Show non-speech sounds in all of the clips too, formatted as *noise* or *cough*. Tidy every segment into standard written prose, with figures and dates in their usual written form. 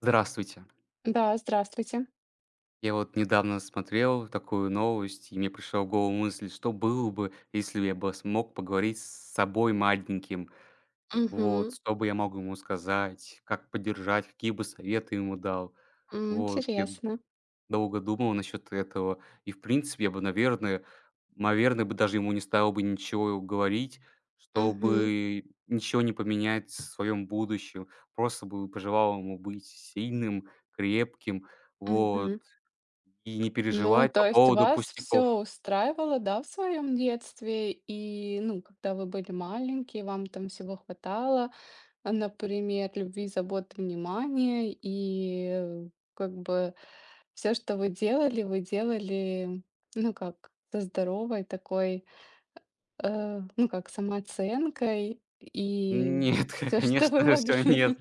Здравствуйте. Да, здравствуйте. Я вот недавно смотрел такую новость, и мне пришла в голову мысль, что было бы, если я бы смог поговорить с собой маленьким. Вот, Мгм. что бы я мог ему сказать, как поддержать, какие бы советы ему дал. Вот, я Интересно. долго думал насчет этого. И, в принципе, я бы, наверное, бы даже ему не стал бы ничего говорить, Мгм, чтобы ничего не поменять в своем будущем. Просто бы пожелал ему быть сильным, крепким, вот, мгм. и не Ну, переживать то по есть поводу вас все пустяков. устраивало, да, в своем детстве? И, ну, когда вы были маленькие, вам там всего хватало, например, любви, заботы, внимания. И, как бы все, что вы делали, ну, как, со здоровой такой, ну, как, самооценкой и Нет, *laughs* все, *laughs* что вы конечно все могли. нет.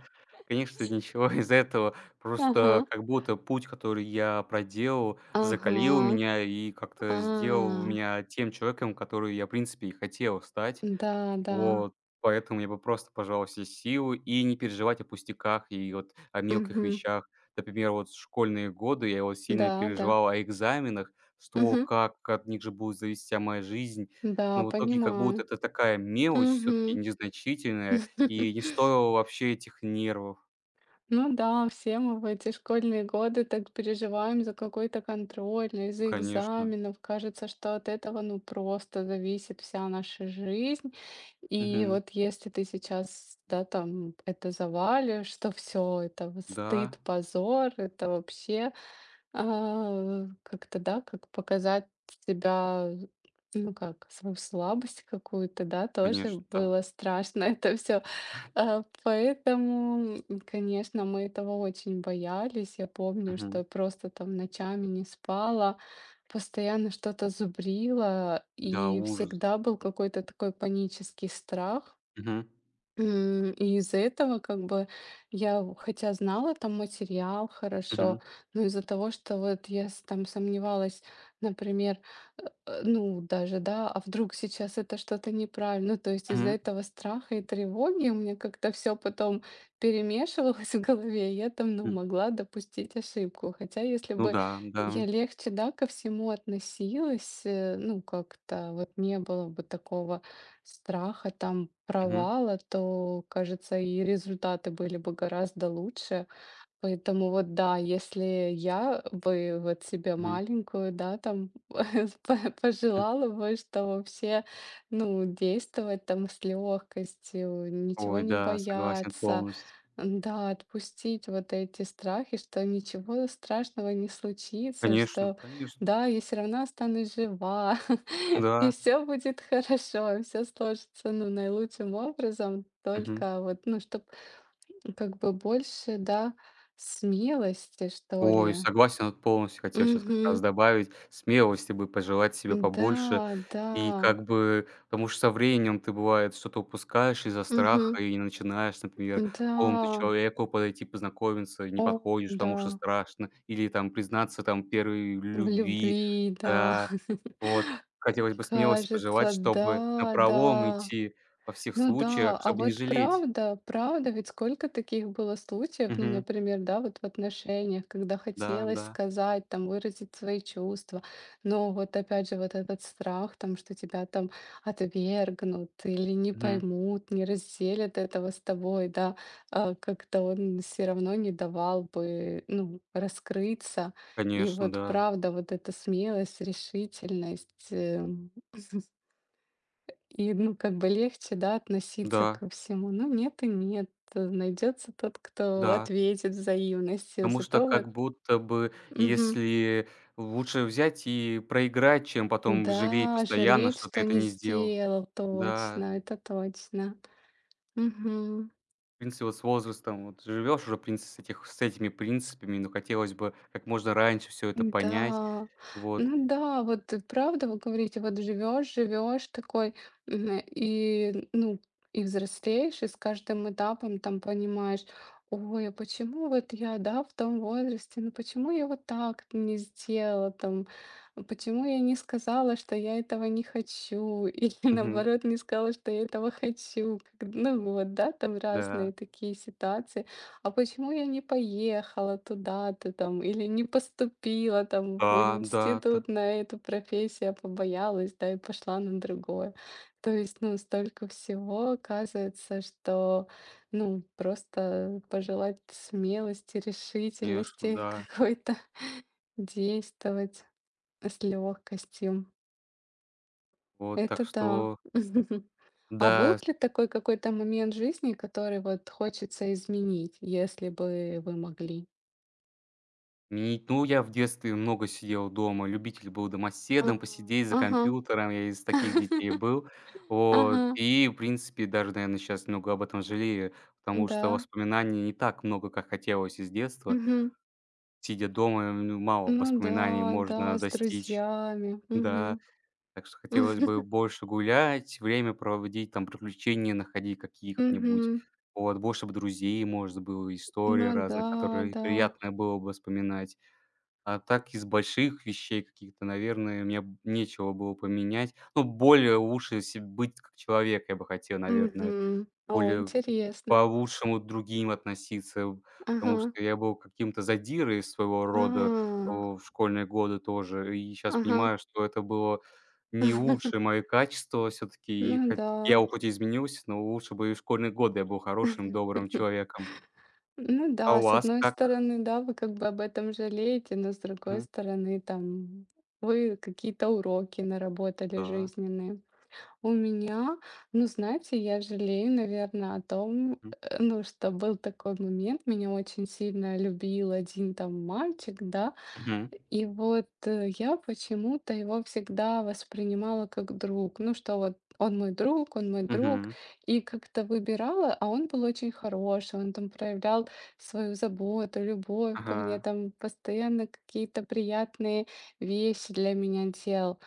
Конечно, ничего из этого. Ага. Просто как будто путь, который я проделал, закалил Ага. меня и как-то А. сделал меня тем человеком, который я, в принципе, и хотел стать. Да, да. Вот, поэтому я бы просто, пожалуй, все силы и не переживать о пустяках и вот о мелких Мгм. вещах. Например, вот в школьные годы я вот Да, сильно да. переживал о экзаменах, что Мгм. как, от них же будет зависеть вся моя жизнь. Да, Но в итоге как будто понимаю. это такая мелочь все-таки Мгм. незначительная, и не *laughs* стоило вообще этих нервов. Ну да, все мы в эти школьные годы так переживаем за какой-то контроль, ну, Ну, из-за конечно. экзаменов. Кажется, что от этого ну просто зависит вся наша жизнь. И Мгм. вот если ты сейчас, да, там это завалишь, что все, это вот стыд, Да, позор, это вообще А, как-то, да, как показать себя, ну как, свою слабость какую-то, да, тоже конечно, да. было страшно *laughs* это все. А, поэтому, конечно, мы этого очень боялись. Я помню, что Мгм. я просто там ночами не спала, постоянно что-то зубрила, Да, и ужас. всегда был какой-то такой панический страх. Мгм. И из-за этого как бы я, хотя знала там материал хорошо, Мгм. но из-за того, что вот я там сомневалась, например, ну даже, да, а вдруг сейчас это что-то неправильно, то есть из-за Мгм. этого страха и тревоги у меня как-то все потом перемешивалось в голове, и я там, ну, М. могла допустить ошибку. Хотя если Ну бы да, да. я легче, да, ко всему относилась, ну, как-то вот не было бы такого страха там Мгм. провала, то, кажется, и результаты были бы гораздо лучше. Поэтому вот да, если я бы вот себе Мгм. маленькую, да, там *laughs* Мгм. пожелала бы, что вообще, ну, действовать там с легкостью, ничего Ой, не да, согласен бояться, полностью. Да, отпустить вот эти страхи, что ничего страшного не случится, Конечно, что конечно. да, я все равно останусь жива, *laughs* и Да. все будет хорошо, все сложится, ну, наилучшим образом, Мгм. только вот, ну, чтобы как бы больше, да, смелости, что Ой, ли. согласен вот полностью. Хотел сейчас как Мгм. раз добавить смелости бы пожелать себе Да, побольше. да. И как бы, потому что со временем ты, бывает, что-то упускаешь из-за Мгм. страха и начинаешь, например, к Да. какому-то человеку подойти, познакомиться, и не О, подходишь, да. потому что страшно, или там признаться там первой В любви. любви, да. Да, вот к *laughs* хотелось бы смелости пожелать, Кажется, чтобы на да, напролом да. идти во всех Ну случаях, да, а чтобы не вот жалеть. правда, правда, ведь сколько таких было случаев, ну, Мгм. например, да, вот в отношениях, когда Да, хотелось да. сказать, там, выразить свои чувства, но вот опять же вот этот страх, там, что тебя там отвергнут или не Мгм. поймут, не разделят этого с тобой, да, как-то он все равно не давал бы, ну, раскрыться. И Конечно, вот да. правда, вот эта смелость, решительность. И, ну, как бы легче, да, относиться Да, ко всему. Ну, нет и нет. Найдется тот, кто да. ответит взаимностью. Потому что Зато вот как будто бы, мгм. если лучше взять и проиграть, чем потом жалеть Да, постоянно, жалеть, что ты что это не не сделал. сделал, Да, точно, это точно. в принципе, вот с возрастом вот живешь уже, в принципе, с этими принципами, но хотелось бы как можно раньше все это понять. Да, Вот. ну да, вот правда вы говорите, вот живешь, живешь такой, и, ну, и взрослеешь, и с каждым этапом там понимаешь, ой, а почему вот я, да, в том возрасте, ну почему я вот так не сделала там, а почему я не сказала, что я этого не хочу, *laughs* или Мгм. наоборот не сказала, что я этого хочу, как- ну вот, да, там разные Да. такие ситуации. А почему я не поехала туда-то там или не поступила там в Да, да, т институт на эту профессию, а побоялась, да, и пошла на другое. То есть, ну, столько всего оказывается, что, ну, просто пожелать смелости, конечно, решительности *laughs* да. какой-то, действовать с легкостью. Вот, так Это да. что *laughs* А был да. ли такой какой-то момент жизни, который вот хочется изменить, если бы вы могли? И, ну, я в детстве много сидел дома, любитель был А, домоседом, посидеть за ага. компьютером, я из таких детей *laughs* был. Вот, Ага, и, в принципе, даже, наверное, сейчас много об этом жалею, потому что да. воспоминаний не так много, как хотелось из детства. Мгм. Сидя дома, мало Ну воспоминаний да, да, можно с достичь. друзьями. Да, Мгм. так что хотелось бы *laughs* больше гулять, время проводить, там, приключения находить каких-нибудь. Мгм. Вот, больше бы друзей, может, было, истории Ну да, разные, которые да. приятно было бы вспоминать. А так из больших вещей каких-то, наверное, мне б нечего было поменять. Ну, более лучше се быть как человек я бы хотел, наверное. Мгм. О, Более интересно. по-лучшему к другим относиться, в Ага. потому что я был каким-то задирой своего рода, А, в школьные годы тоже. И сейчас ага. понимаю, что это было не лучшее *laughs* моё качество все таки Ну И хот да. я, хоть и изменился, но лучше бы и в школьные годы я был хорошим, *laughs* добрым человеком. Ну А да, у с вас одной как? стороны, да, вы как бы об этом жалеете, но с другой Мгм. стороны, там, вы какие-то уроки наработали Да. жизненные. У меня, ну, знаете, я жалею, наверное, о том, М. Ну, что был такой момент, меня очень сильно любил один там мальчик, да, Мгм. и вот я почему-то его всегда воспринимала как друг, ну, что вот он мой друг, Мгм. и как-то выбирала, а он был очень хороший, он там проявлял свою заботу, любовь ко мне, Ага. там постоянно какие-то приятные вещи для меня делал.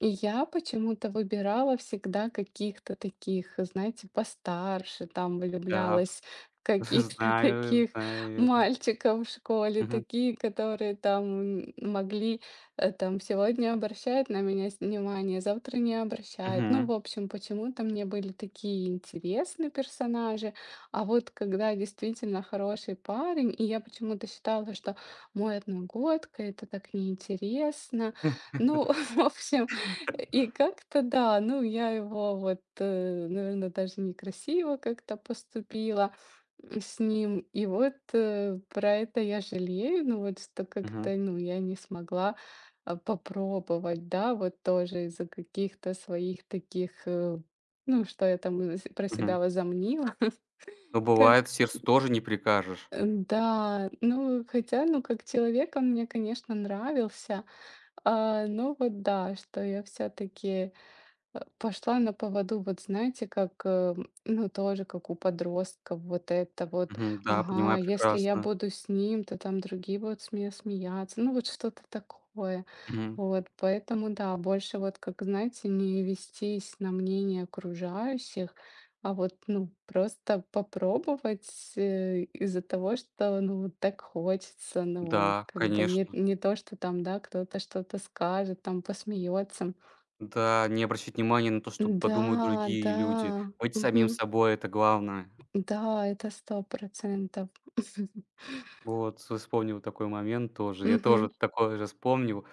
И я почему-то выбирала всегда каких-то таких, знаете, постарше, там Да, влюблялась в *laughs* каких-то *laughs* знаю, таких знаю это. мальчиков в школе, Мгм, такие, которые там могли, там, сегодня обращают на меня внимание, завтра не обращают. Ну, мгм, в общем, почему-то мне были такие интересные персонажи, а вот когда действительно хороший парень, и я почему-то считала, что мой одногодка, это так неинтересно, *laughs* ну, *laughs* в общем, и как-то да, ну я его вот, наверное, даже некрасиво как-то поступила с ним. И вот про это я жалею, ну вот что мгм, как-то, ну я не смогла попробовать, да, вот тоже из-за каких-то своих таких, ну что я там про мгм. себя возомнила. *laughs* Но Как, бывает, сердцу тоже не прикажешь. Да, ну хотя, ну как человек он мне, конечно, нравился, но вот да, что я все-таки пошла на поводу, вот знаете, как, ну, тоже как у подростков, вот это вот, Мгм, да, ага, понимаю если я прекрасно. буду с ним, то там другие будут с меня смеяться, ну, вот что-то такое. Мгм. Вот, поэтому, да, больше вот, как, знаете, не вестись на мнение окружающих, а вот, ну, просто попробовать из-за того, что, ну, вот так хочется, ну, Да, как бы не, конечно. не то, что там, да, кто-то что-то скажет, там посмеется. Да, не обращать внимания на то, что Да, подумают другие да, люди. Быть самим мгм. собой — это главное. Да, это 100 *laughs* Вот с вспомнил такой момент тоже. Я Мгм. тоже такое же вспомнил,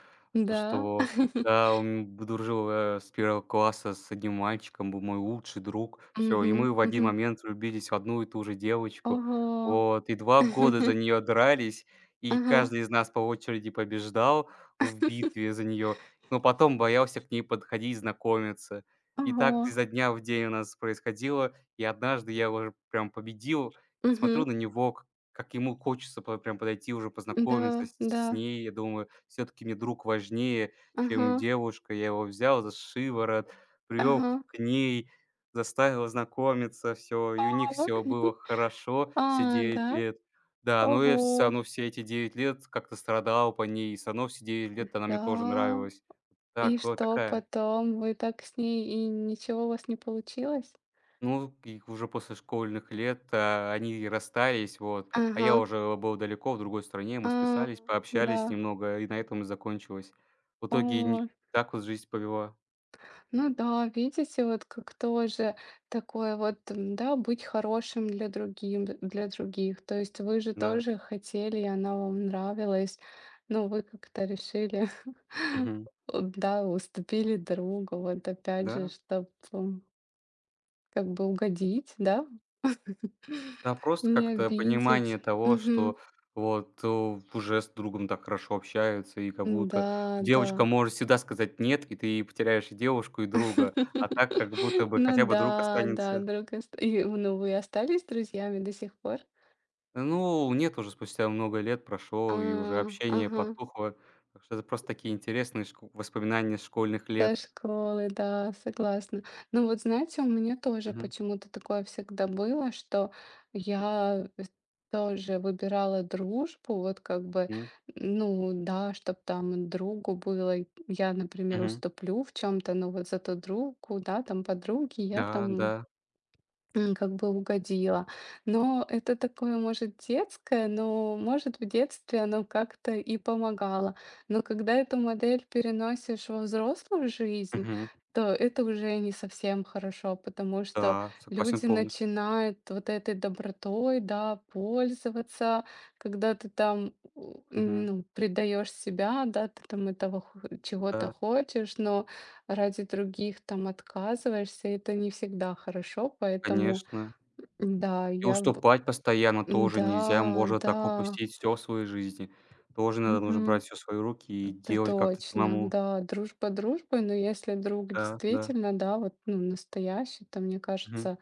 то Да. что, *laughs* да, он дружил, с первого класса с одним мальчиком, был мой лучший друг. Все, и Мгм, мы в один мгм. момент влюбились в одну и ту же девочку. Ого. Вот, и 2 года за *laughs* нее дрались, и Ага, каждый из нас по очереди побеждал в битве за нее. Но потом боялся к ней подходить, знакомиться. И ого. так изо дня в день у нас происходило, и однажды я уже прям победил и Мгм. смотрю на него, как ему хочется по прям подойти уже Да, познакомиться да. с ней. Я думаю, все таки мне друг важнее, Ага, чем девушка. Я его взял за шиворот, привел ага. к ней, заставил знакомиться, все, и у них Ого. все было *laughs* хорошо все А, 9 да? лет. Да, но я все Ого. равно все эти 9 лет как-то страдал по ней, и всё равно все 9 лет она мне тоже Да. нравилась. И Так, вот что такая. потом? Вы так с ней и ничего у вас не получилось? Ну, и уже после школьных лет, а, они расстались, вот, а я Ага. уже был далеко, в другой стране, мы А, списались, да. пообщались немного, и на этом и закончилось. В О. итоге ни так вот жизнь повела, Ну да, видите, вот как тоже такое вот, да, быть хорошим для другим, для других. То есть вы же да. тоже хотели, и она вам нравилась, но вы как-то решили, *laughs* Мгм. вот, да, уступили другу, вот опять же, Да, чтобы как бы угодить, да, *laughs* да, просто не как-то обидеть. понимание того, Мгм. что вот, уже с другом так хорошо общаются, и как будто Да, да. девочка может всегда сказать "нет", и ты потеряешь и девушку, и друга, а так как будто *laughs* бы Ну хотя бы друг да, да, останется. друг, и, ну вы остались друзьями до сих пор? Ну, нет, уже спустя много лет А, прошло, и уже общение ага, потухло. Так что это просто такие интересные шко воспоминания школьных со лет. школы, да, согласна. Ну вот знаете, у меня тоже Мгм, почему-то такое всегда было, что я тоже выбирала дружбу, вот как бы, м, ну да, чтобы там другу было, и я, например, мгм. уступлю в чем-то, но вот зато другу, да, там подруге я Да, там да. Как бы угодила. Но это такое, может, детское, но, может, в детстве оно как-то и помогало. Но когда эту модель переносишь во взрослую жизнь, Мгм. то это уже не совсем хорошо, потому что Да, согласен люди полностью. начинают вот этой добротой, да, пользоваться, когда ты там, Мгм. ну, предаешь себя, да, ты там этого чего-то Да, хочешь, но ради других там отказываешься, это не всегда хорошо, поэтому конечно. да, И я б уступать постоянно тоже нельзя. да, Можно так да, упустить все в своей жизни. Тоже надо нужно мгм. брать все в свои руки и Это делать как-то точно. самому. Да, дружба дружбой, но если друг Да, да. действительно, да, вот, ну, настоящий, то, мне Мгм. кажется,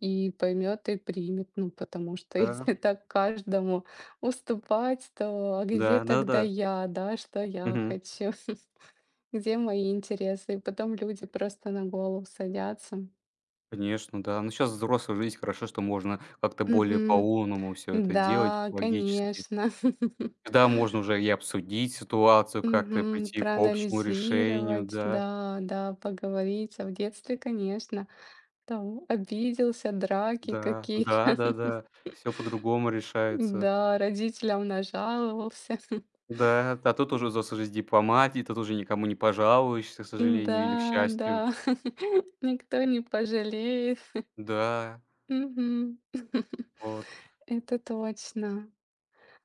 и поймет, и примет. Ну, потому что *laughs* Да, если так каждому уступать, то а где да, тогда да-да. я, да, что я Мгм. хочу? *laughs* Где мои интересы? И потом люди просто на голову садятся. Конечно, да. Но сейчас взрослая жизнь, хорошо, что можно как-то более Мгм. по-умному все это делать, Да, логически. конечно. *laughs* Да, можно уже и обсудить ситуацию, как-то Мгм. прийти к общему решению, Проанализировать, да, да, да, поговорить. А в детстве, конечно, там обиделся, драки да, какие-то. *laughs* да-да-да. Все по-другому решается. Да, родителям нажаловался. Да, а тут уже взрослая жизнь дипломатии, тут уже никому не пожалуешься, к сожалению или к Да, счастью. да, *laughs* никто не пожалеет. Да, Мгм. *laughs* вот. Это точно.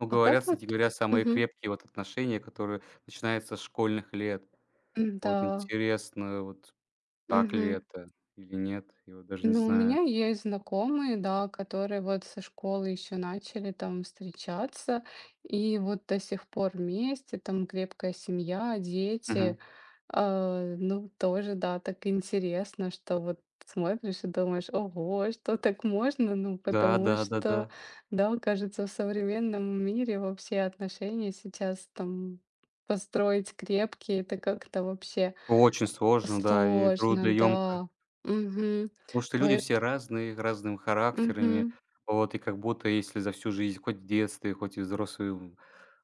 Ну, А говорят, как кстати вот? говоря, самые Мгм. крепкие вот отношения, которые начинаются с школьных лет. М, Вот да. интересно, вот так ли это или нет, я вот даже не Ну, у знаю. меня есть знакомые, да, которые вот со школы еще начали там встречаться, и вот до сих пор вместе, там крепкая семья, Мгм. дети. А, ну, тоже, да, так интересно, что вот смотришь и думаешь, ого, что так можно? Ну, Да, потому да, что, да-да. да, кажется, в современном мире вообще отношения сейчас там построить крепкие, это как-то вообще Очень сложно, да, и сложно, трудоемко. да. Угу. Потому что люди все разные, разными характерами. Мгм. Вот, и как будто если за всю жизнь, хоть в детстве, хоть и взрослую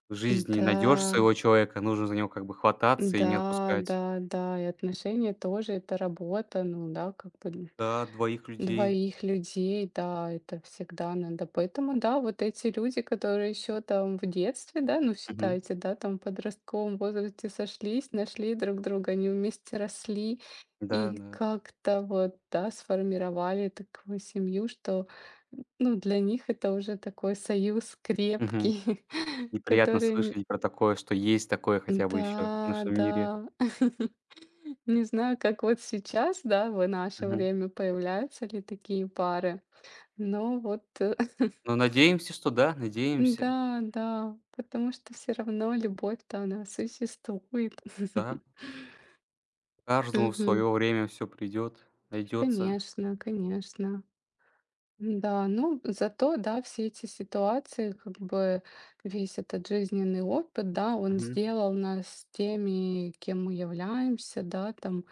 жизни Да, найдёшь своего человека, нужно за него как бы хвататься и не да, отпускать. да, да. И отношения тоже это работа, ну да, как бы Да, двоих людей. двоих людей, да, это всегда надо. Поэтому, да, вот эти люди, которые еще там в детстве, да, ну Мгм. считайте, да, там в подростковом возрасте сошлись, нашли друг друга, они вместе росли Да, и да. как-то вот, да, сформировали такую семью, что, ну, для них это уже такой союз Мгм. крепкий, *laughs* Неприятно который слышать про такое, что есть такое хотя бы еще в Да, нашем мире. да. *laughs* Не знаю, как вот сейчас, да, в наше Мгм. время появляются ли такие пары, но вот *laughs* Но надеемся, что да, надеемся. да, да, потому что все равно любовь-то она существует. Да. *laughs* Каждому в Мгм. свое время все придет, найдется. Конечно, конечно. Да, ну зато, да, все эти ситуации, как бы весь этот жизненный опыт, да, он Мгм. сделал нас теми, кем мы являемся, да, там,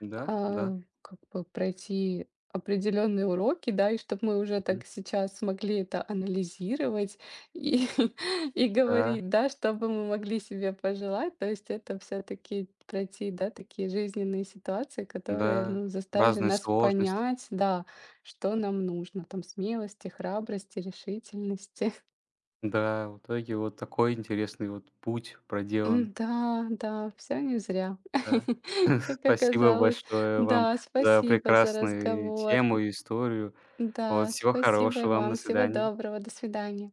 Да, да, как бы пройти определенные уроки, да, и чтобы мы уже мгм. так сейчас смогли это анализировать и, *laughs* и Да, говорить, да, чтобы мы могли себе пожелать. То есть это все-таки пройти, да, такие жизненные ситуации, которые, да, ну, заставили разные нас сложности. понять, да, что нам нужно, там, смелости, храбрости, решительности. *laughs* Да, в итоге вот такой интересный вот путь проделан. М, да, да, все не зря, Да. *laughs* как Спасибо оказалось. большое вам Да, за спасибо за прекрасную разговор. тему и историю. Вот, Да, всего спасибо и хорошего вам. До вам. Всего свидания. доброго. До свидания.